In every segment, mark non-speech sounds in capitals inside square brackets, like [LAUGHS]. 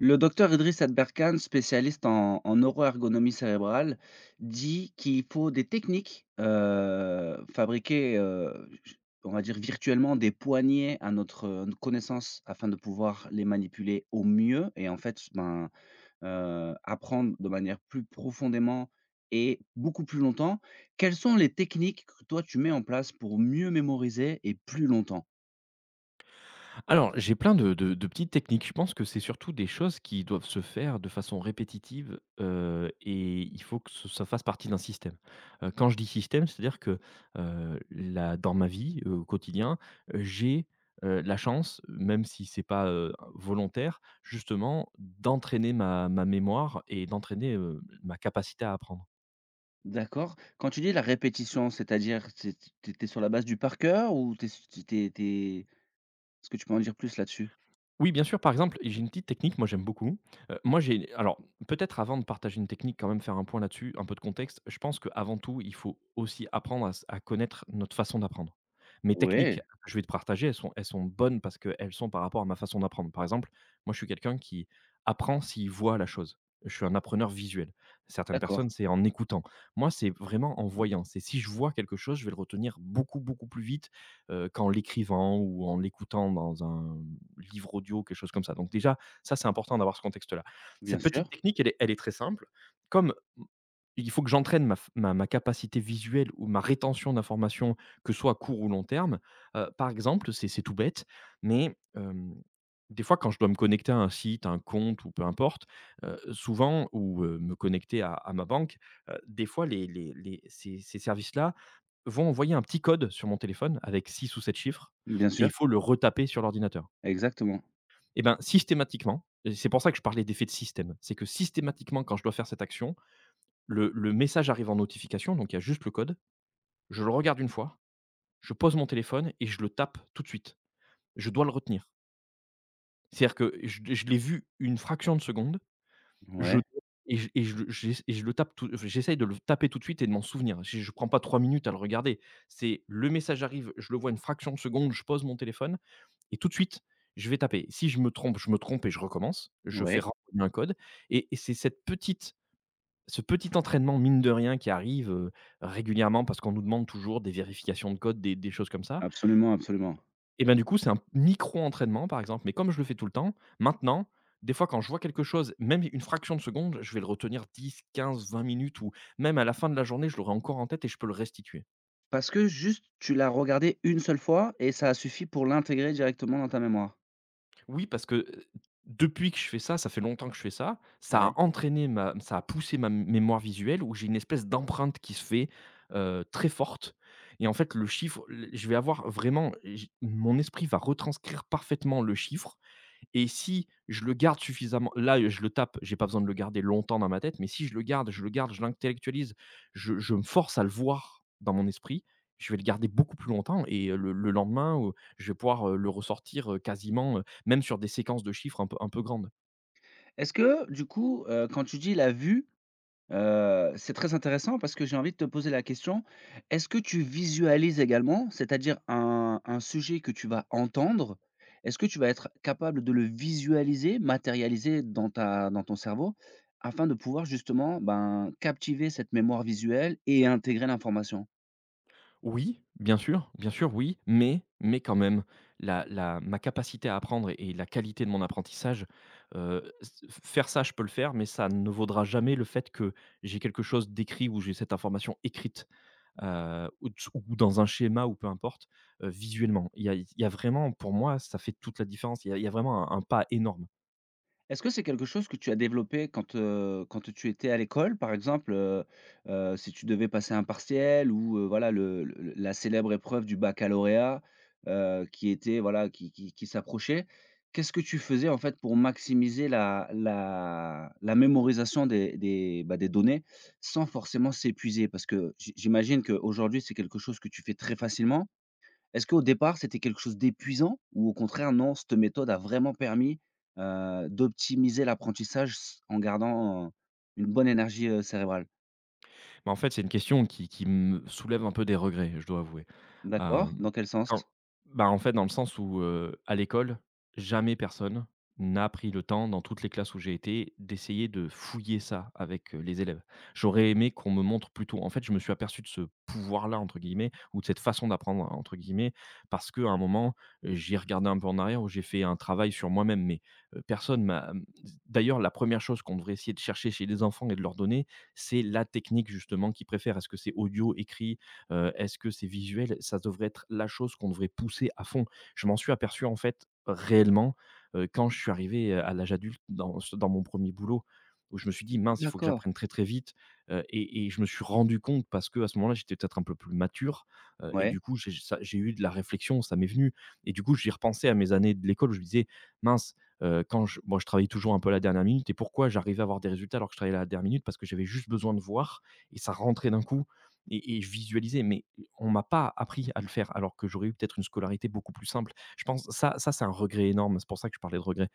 Le docteur Idriss Adberkan, spécialiste en neuroergonomie cérébrale, dit qu'il faut des techniques fabriquer, j- on va dire virtuellement, des poignées à notre connaissance afin de pouvoir les manipuler au mieux et en fait ben, apprendre de manière plus profondément et beaucoup plus longtemps. Quelles sont les techniques que toi tu mets en place pour mieux mémoriser et plus longtemps? Alors, j'ai plein de petites techniques. Je pense que c'est surtout des choses qui doivent se faire de façon répétitive, et il faut que ce ça fasse partie d'un système. Quand je dis système, c'est-à-dire que, là, dans ma vie, au quotidien, j'ai, la chance, même si c'est pas, volontaire, justement, d'entraîner ma mémoire et d'entraîner, ma capacité à apprendre. D'accord. Quand tu dis la répétition, c'est-à-dire, c'est tu tu sur la base du par cœur ou tu es s t'es est-ce que tu peux en dire plus là-dessus? Oui, bien sûr, par exemple, j'ai une petite technique, moi j'aime beaucoup. Moi j'ai Alors peut-être avant de partager une technique, quand même faire un point là-dessus, un peu de contexte. Je pense qu'avant tout, il faut aussi apprendre à connaître notre façon d'apprendre. Mes techniques Ouais, que je vais te partager, elles sont bonnes parce qu'elles sont par rapport à ma façon d'apprendre. Par exemple, moi je suis quelqu'un qui apprend s'il voit la chose. Je suis un appreneur visuel. Certaines d'accord. personnes, c'est en écoutant. Moi, c'est vraiment en B voyant. C'est si je vois quelque chose, je vais le retenir beaucoup, beaucoup plus vite qu'en l'écrivant ou en l'écoutant dans un livre audio, quelque chose comme ça. Donc déjà, ça, c'est important d'avoir ce contexte-là. bien Cette petite sûr, technique, elle est très simple. Comme il faut que j'entraîne ma capacité visuelle ou ma rétention d'informations, que ce soit à court ou long terme, par exemple, c'est tout bête, mais des fois, quand je dois me connecter à un site, à un compte ou peu importe, souvent ou me connecter à ma banque, des fois les ces ces services-là vont envoyer un petit code sur mon téléphone avec 6 ou 7 chiffres bien et sûr, il faut le retaper sur l'ordinateur. exactement. Et ben, systématiquement, et c'est pour ça que je parlais d'effet de système, c'est que systématiquement, quand je dois faire cette action, le message arrive en notification, donc il y a juste le code, je le regarde une fois, je pose mon téléphone et je le tape tout de suite. Je dois le retenir. C'est-à-dire que je l'ai vu une fraction de seconde, je Ouais, et je et je le j'ess et je le tape tout enfin, j'essaye de le taper tout de suite et de m'en souvenir. Je ne prends pas 3 minutes à le regarder. C'est le message arrive, je le vois une fraction de seconde, je pose mon téléphone et tout de suite, je vais taper. Si je me trompe, je me trompe et je recommence. Je fais ouais, renvoyer un code, et c'est cette petite ce petit entraînement, mine de rien, qui arrive, régulièrement, parce qu'on nous demande toujours des vérifications de code, des choses comme ça. absolument, absolument. Et ben, du coup, c'est un micro-entraînement, par exemple, mais comme je le fais tout le temps, maintenant, des fois, quand je vois quelque chose, même une fraction de seconde, je vais le retenir 10, 15, 20 minutes, ou même à la fin de la journée, je l'aurai encore en tête et je peux le restituer. Parce que juste, tu l'as regardé une seule fois et ça a suffi pour l'intégrer directement dans ta mémoire? Oui, parce que, depuis que je fais ça, ça fait longtemps que je fais ça, ça a Ouais. entraîné ma ça a poussé ma mémoire visuelle, où j'ai une espèce d'empreinte qui se fait, très forte, et en fait, le chiffre, l je vais avoir vraiment j mon esprit va retranscrire parfaitement le chiffre. Et si je le garde suffisamment là, je le tape, j'ai pas besoin de le garder longtemps dans ma tête, mais si je le garde, je le garde, je l'intellectualise, je me force à le voir dans mon esprit, je vais le garder beaucoup plus longtemps, et le lendemain, je vais pouvoir, le ressortir, quasiment, même sur des séquences de chiffres un peu grandes. Est-ce que du coup, quand tu dis la vue, c'est très intéressant parce que j'ai envie de te poser la question, est-ce que tu visualises également? C'est-à-dire un sujet que tu vas entendre, est-ce que tu vas être capable de le visualiser, matérialiser dans ta dans ton cerveau afin de pouvoir justement, ben, captiver cette mémoire visuelle et intégrer l'information? Oui, bien sûr, oui, mais quand même, la la ma capacité à apprendre, et la qualité de mon apprentissage, s faire ça, je peux le faire, mais ça ne vaudra jamais le fait que j'ai quelque chose d'écrit, ou j'ai cette information écrite. Ou dans un schéma ou peu importe, visuellement. Il y a vraiment, pour moi, ça fait toute la différence. Il y a, il y a vraiment un pas énorme. Est-ce que c'est quelque chose que tu as développé quand tu étais à l'école, par exemple, si tu devais passer un partiel ou voilà le la célèbre épreuve du baccalauréat, qui était voilà qui s'approchait. Qu'est-ce que tu faisais en fait pour maximiser la mémorisation des, bah, des données sans forcément s'épuiser? Parce que j'imagine qu'aujourd'hui, c'est quelque chose que tu fais très facilement, est-ce qu'au départ, c'était quelque chose d'épuisant ou au contraire, non, cette méthode a vraiment permis, d'optimiser l'apprentissage s en gardant, une bonne énergie, cérébrale? Mais en fait, c'est une question qui me soulève un peu des regrets, je dois avouer. D'accord, Hem, dans quel sens? quand Bah, en fait, dans le sens où, à l'école, jamais personne n'a pris le temps, dans toutes les classes où j'ai été, d'essayer de fouiller ça avec, les élèves. J'aurais aimé qu'on me montre. Plutôt en fait, je me suis aperçu de ce «pouvoir-là» entre guillemets, ou de cette «façon d'apprendre» entre guillemets, parce qu'à un moment, j'ai regardé un peu en arrière, où j'ai fait un travail sur moi-même, mais, personne m'a. D'ailleurs, la première chose qu'on devrait essayer de chercher chez les enfants et de leur donner, c'est la technique justement qu'ils préfèrent. Est-ce que c'est audio, écrit, est-ce que c'est visuel? Ça devrait être la chose qu'on devrait pousser à fond. Je m'en suis aperçu en fait réellement, quand je suis arrivé, à l'âge adulte, dans mon premier boulot, où je me suis dit: «Mince, il faut que D'accord, j'apprenne très, très vite», et je me suis rendu compte, parce que à ce moment-là, j'étais peut-être un peu plus mature, et ouais, du coup, j'ai eu de la réflexion, ça m'est venu, et du coup, j'y repensais à mes années de l'école, où je me disais: «Mince, quand je moi, je travaillais toujours un peu à la dernière minute, et pourquoi j'arrivais à avoir des résultats alors que je travaillais à la dernière minute? Parce que j'avais juste besoin de voir, et ça rentrait d'un coup, et je visualisais, mais on m'a pas appris à le faire, alors que j'aurais eu peut-être une scolarité beaucoup plus simple.» Je pense ça, ça, c'est un regret énorme, c'est pour ça que je parlais de regret.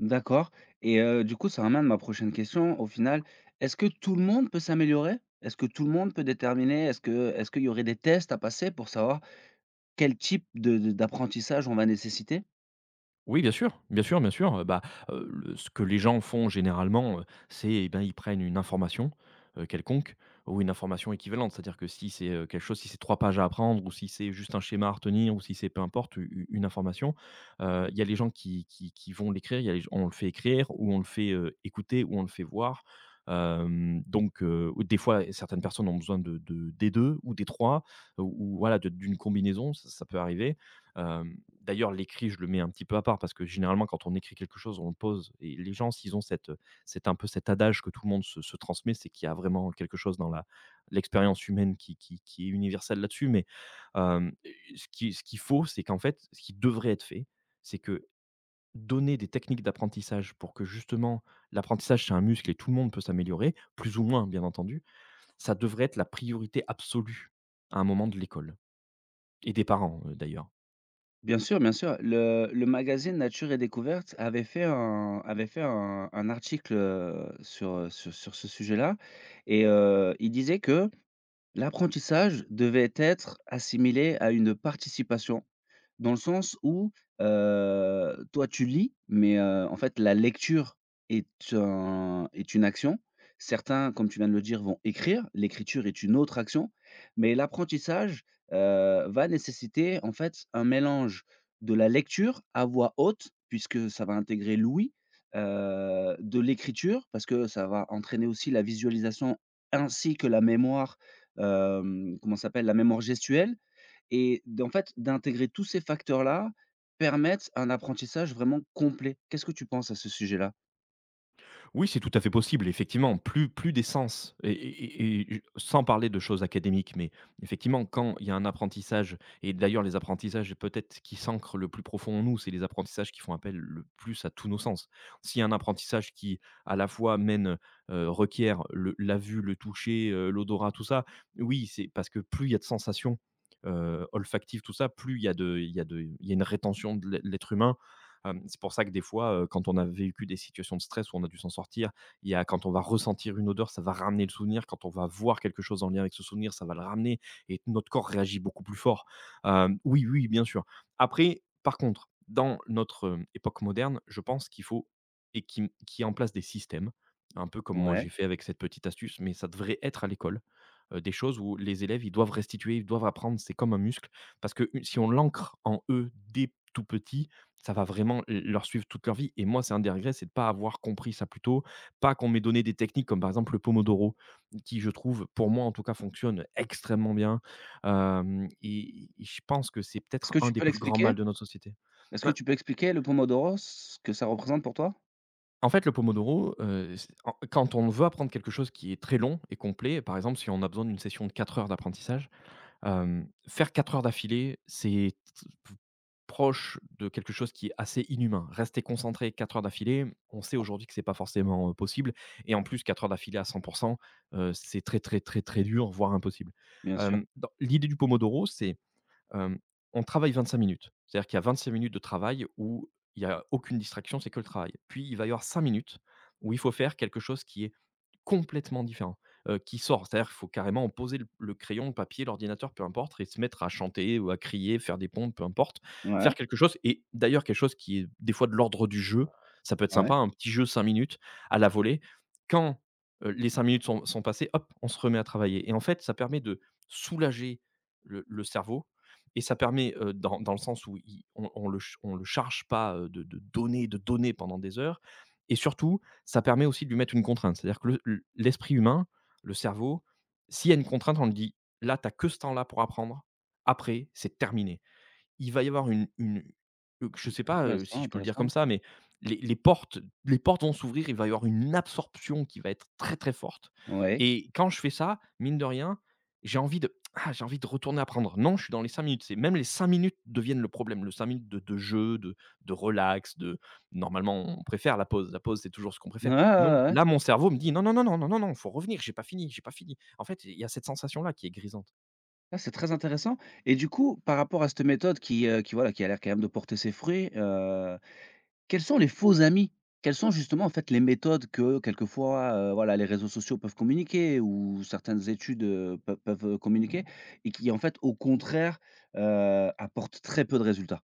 d'accord et du coup, ça ramène ma prochaine question. Au final, est-ce que tout le monde peut s'améliorer? Est-ce que tout le monde peut déterminer? Est-ce qu'il y aurait des tests à passer pour savoir quel type de d'apprentissage on va nécessiter? Oui, bien sûr, bien sûr, bien sûr, bah, le ce que les gens font généralement, c'est, eh ben, ils prennent une information, quelconque, ou une information équivalente. C'est-à-dire que si c'est, quelque chose, si c'est 3 pages à apprendre, ou si c'est juste un schéma à retenir, ou si c'est peu importe, u u une information, il y a les gens qui vont l'écrire, il y a les on le fait écrire, ou on le fait, écouter, ou on le fait voir. Donc ou des fois, certaines personnes ont besoin de des 2 ou des trois, ou voilà, de d'une combinaison, ça ça peut arriver. D'ailleurs, l'écrit, je le mets un petit peu à part, parce que généralement, quand on écrit quelque chose, on le pose, et les gens, s'ils ont cette, c'est un peu cet adage que tout le monde se transmet, c'est qu'il y a vraiment quelque chose dans la l'expérience humaine, qui est universelle là-dessus. Mais, hem, ce qu'il faut, c'est qu'en fait, ce qui devrait être fait, c'est que donner des techniques d'apprentissage, pour que justement, l'apprentissage, c'est un muscle, et tout le monde peut s'améliorer, plus ou moins, bien entendu. Ça devrait être la priorité absolue à un moment, de l'école et des parents, d'ailleurs. Bien sûr, bien sûr. Le magazine Nature et Découverte avait fait un article, sur, sur ce sujet-là et il disait que l'apprentissage devait être assimilé à une participation. Dans le sens où, toi tu lis, mais, en fait la lecture est est une action. Certains, comme tu viens de le dire, vont écrire, l'écriture est une autre action, mais l'apprentissage, va nécessiter en fait un mélange de la lecture à voix haute, puisque ça va intégrer l'ouïe, de l'écriture, parce que ça va entraîner aussi la visualisation ainsi que la mémoire, comment ça s'appelle? La mémoire gestuelle et d en fait, d'intégrer tous ces facteurs-là, permettent un apprentissage vraiment complet. Qu'est-ce que tu penses à ce sujet-là? Oui, c'est tout à fait possible, effectivement, plus d'essence, et sans parler de choses académiques, mais effectivement, quand il y a un apprentissage, et d'ailleurs les apprentissages peut-être qui s'ancrent le plus profond en nous, c'est les apprentissages qui font appel le plus à tous nos sens. S'il y a un apprentissage qui à la fois requiert le la vue, le toucher, l'odorat, tout ça, oui, c'est parce que plus il y a de sensations, olfactives, tout ça, plus il y a de il y a de il y a une rétention de l'être humain. C'est pour ça que des fois, quand on a vécu des situations de stress où on a dû s'en sortir, il y a quand on va ressentir une odeur, ça va ramener le souvenir. Quand on va voir quelque chose en lien avec ce souvenir, ça va le ramener, et notre corps réagit beaucoup plus fort. Oui, oui, bien sûr. Après, par contre, dans notre, époque moderne, je pense qu'il faut et qui, en place des systèmes, un peu comme moi Ouais. j'ai fait avec cette petite astuce, mais ça devrait être à l'école, des choses où les élèves, ils doivent restituer, ils doivent apprendre, c'est comme un muscle parce que u si on l'ancre en eux dès tout petit, ça va vraiment l leur suivre toute leur vie. Et moi, c'est un des regrets, c'est de pas avoir compris ça plus tôt, pas qu'on m'ait donné des techniques comme, par exemple, le pomodoro qui, je trouve, pour moi en tout cas, fonctionne extrêmement bien, hem et je pense que c'est Est-ce peut-être que un tu des peux plus grands l'expliquer? mal de notre société. Est-ce que Ben, tu peux expliquer le Pomodoro, ce que ça représente pour toi? en fait, le pomodoro, c'est en quand on veut apprendre quelque chose qui est très long et complet, par exemple, si on a besoin d'une session de 4 heures d'apprentissage, faire 4 heures d'affilée, c'est proche de quelque chose qui est assez inhumain. Rester concentré 4 heures d'affilée, on sait aujourd'hui que c'est pas forcément, possible, et en plus 4 heures d'affilée à 100%, c'est très, très, très, très dur, voire impossible. Bien sûr. Dans l'idée du pomodoro, c'est, hem, on travaille 25 minutes. C'est-à-dire qu'il y a 25 minutes de travail où il y a aucune distraction, c'est que le travail. Puis il va y avoir 5 minutes où il faut faire quelque chose qui est complètement différent, qui sort. C'est-à-dire qu'il faut carrément poser le crayon, le papier, l'ordinateur, peu importe, et se mettre à chanter ou à crier, faire des pompes, peu importe. Ouais, Faire quelque chose, et d'ailleurs quelque chose qui est des fois de l'ordre du jeu, ça peut être ouais, sympa, un petit jeu 5 minutes à la volée. Quand, les 5 minutes sont passées, hop, on se remet à travailler, et en fait, ça permet de soulager le cerveau, et ça permet, dans le sens où il on le ch on le charge pas, de données, de données pendant des heures, et surtout, ça permet aussi de lui mettre une contrainte. C'est-à-dire que le l l'esprit humain, le cerveau, s'il y a une contrainte, on lui dit: «Là, tu que ce temps-là pour apprendre, après, c'est terminé», il va y avoir une je sais pas, intéressant, si je peux le dire intéressant. comme ça, mais les les portes les portes vont s'ouvrir, il va y avoir une absorption qui va être très, très forte. Ouais. Et quand je fais ça, mine de rien, j'ai envie de ah, j'ai envie de retourner apprendre. Non, je suis dans les 5 minutes, c'est même les 5 minutes deviennent le problème, le 5 minutes de jeu, de relax, de normalement, on préfère la pause. La pause, c'est toujours ce qu'on préfère. Ouais, ouais, ouais, Non, ouais. là, mon cerveau me dit: «Non, non, non, non, non, non, non, faut revenir, j'ai pas fini, j'ai pas fini». En fait, il y a cette sensation-là qui est grisante. Ah, c'est très intéressant et du coup, par rapport à cette méthode qui voilà, qui a l'air quand même de porter ses fruits. Quels sont les faux amis? Quelles sont justement, en fait, les méthodes que quelquefois, voilà, les réseaux sociaux peuvent communiquer ou certaines études, peuvent, communiquer et qui, en fait, au contraire, apportent très peu de résultats?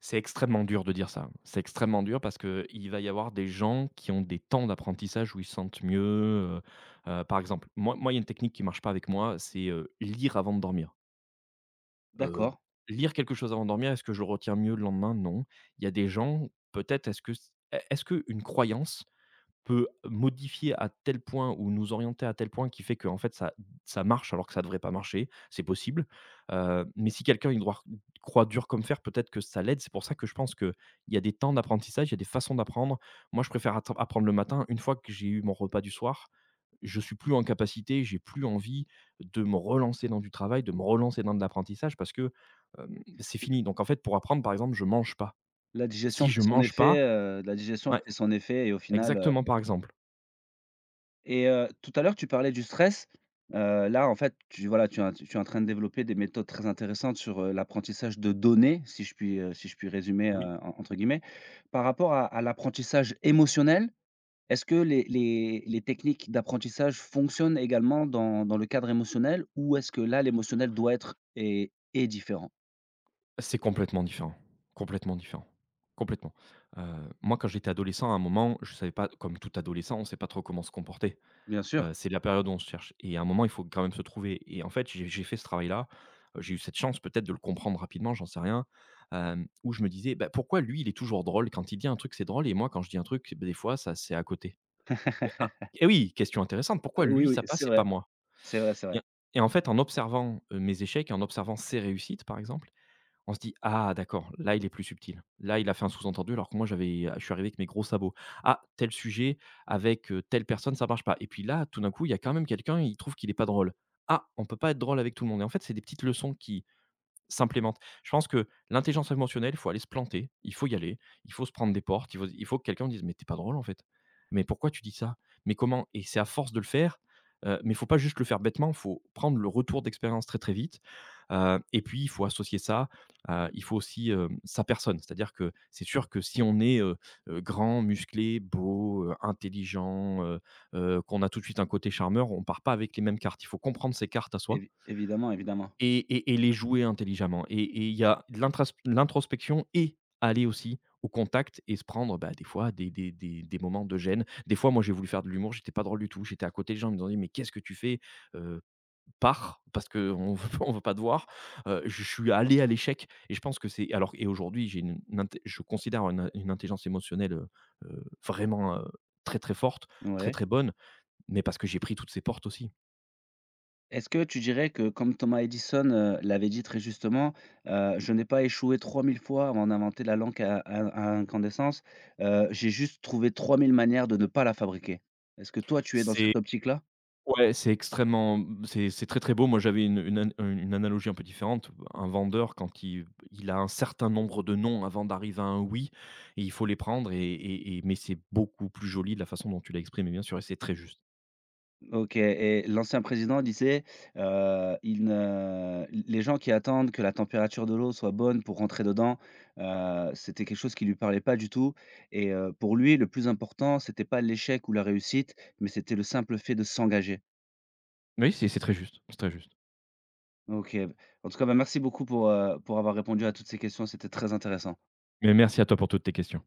C'est extrêmement dur de dire ça. C'est extrêmement dur parce qu'il va y avoir des gens qui ont des temps d'apprentissage où ils se sentent mieux, heu par exemple, moi, il y a une technique qui marche pas avec moi, c'est, lire avant de dormir. Heu, D'accord. lire quelque chose avant de dormir, est-ce que je retiens mieux le lendemain? Non. Il y a des gens, peut-être, est-ce que est-ce qu'une croyance peut modifier à tel point ou nous orienter à tel point qui fait qu'en fait ça ça marche alors que ça devrait pas marcher, c'est possible. Mais si quelqu'un il doit croit dur comme fer, peut-être que ça l'aide. C'est pour ça que je pense qu'il y a des temps d'apprentissage, il y a des façons d'apprendre. Moi, je préfère atten apprendre le matin. Une fois que j'ai eu mon repas du soir, je suis plus en capacité, j'ai plus envie de me relancer dans du travail, de me relancer dans de l'apprentissage parce que, c'est fini. Donc en fait, pour apprendre, par exemple, je mange pas. La digestion Si fait je son mange effet, pas, la digestion ouais, fait son effet et au final. exactement, par exemple. Et tout à l'heure, tu parlais du stress. Là, en fait, tu voilà, tu es en train de développer des méthodes très intéressantes sur, l'apprentissage de données, si je puis résumer, Oui. en entre guillemets. Par rapport à l'apprentissage émotionnel, est-ce que les techniques d'apprentissage fonctionnent également dans le cadre émotionnel ou est-ce que là, l'émotionnel doit être et différent? C'est complètement différent, complètement différent, complètement. Moi, quand j'étais adolescent, à un moment, je savais pas, comme tout adolescent, on sait pas trop comment se comporter. Bien sûr. C'est la période où on se cherche, et à un moment, il faut quand même se trouver, et en fait, j'ai fait ce travail-là. J'ai eu cette chance peut-être de le comprendre rapidement, j'en sais rien, où je me disais: «Bah, pourquoi lui, il est toujours drôle? Quand il dit un truc, c'est drôle et moi, quand je dis un truc, beh, des fois, ça c'est à côté». Ah, et oui, question intéressante. Pourquoi Oui, lui, oui, ça c'est passe et pas vrai, moi? c'est vrai, c'est vrai. Et et en fait, en observant, mes échecs et en observant ses réussites, par exemple, on se dit: «Ah d'accord, là il est plus subtil. Là il a fait un sous-entendu alors que moi j'avais je suis arrivé avec mes gros sabots. Ah tel sujet avec, telle personne ça marche pas», et puis là tout d'un coup il y a quand même quelqu'un, il trouve qu'il est pas drôle. Ah, on peut pas être drôle avec tout le monde, et en fait c'est des petites leçons qui s'implémente. Je pense que l'intelligence émotionnelle, il faut aller se planter, il faut y aller, il faut se prendre des portes, il faut que quelqu'un dise: «Mais t'es pas drôle en fait. Mais pourquoi tu dis ça? Mais comment?», et c'est à force de le faire, mais il faut pas juste le faire bêtement. Il faut prendre le retour d'expérience très, très vite, et puis il faut associer ça, il faut aussi, sa personne. C'est-à-dire que c'est sûr que si on est, grand, musclé, beau, intelligent, qu'on a tout de suite un côté charmeur, on part pas avec les mêmes cartes. Il faut comprendre ses cartes à soi Évidemment, évidemment. et les jouer intelligemment, et il y a de l'introspection et aller aussi au contact et se prendre, bah, des fois des moments de gêne. Des fois, moi, j'ai voulu faire de l'humour, j'étais pas drôle du tout, j'étais à côté, les gens me disaient: «Mais qu'est-ce que tu fais? Heu, pars, parce qu'on ne [LAUGHS] on veut pas te voir». Je suis allé à l'échec et je pense que c'est alors, et aujourd'hui, j'ai une inte je considère une intelligence émotionnelle, vraiment, très, très forte, très, Oui. très bonne, mais parce que j'ai pris toutes ces portes aussi. Est-ce que tu dirais que comme Thomas Edison, l'avait dit très justement: «Je n'ai pas échoué 3 000 fois avant d'inventer la lampe à incandescence, j'ai juste trouvé 3 000 manières de ne pas la fabriquer». Est-ce que toi, tu es dans C'est cette optique-là? ouais, c'est extrêmement mmh, c'est très, très beau. Moi, j'avais une analogie un peu différente. Un vendeur, quand il a un certain nombre de «non» avant d'arriver à un «oui», et il faut les prendre et mais c'est beaucoup plus joli de la façon dont tu l'as exprimé, bien sûr, et c'est très juste. OK et l'ancien président disait, il ne les gens qui attendent que la température de l'eau soit bonne pour rentrer dedans, c'était quelque chose qui lui parlait pas du tout et pour lui, le plus important, c'était pas l'échec ou la réussite, mais c'était le simple fait de s'engager. Oui, c'est très juste, c'est très juste. OK. En tout cas, bah, merci beaucoup pour avoir répondu à toutes ces questions, c'était très intéressant. Mais merci à toi pour toutes tes questions.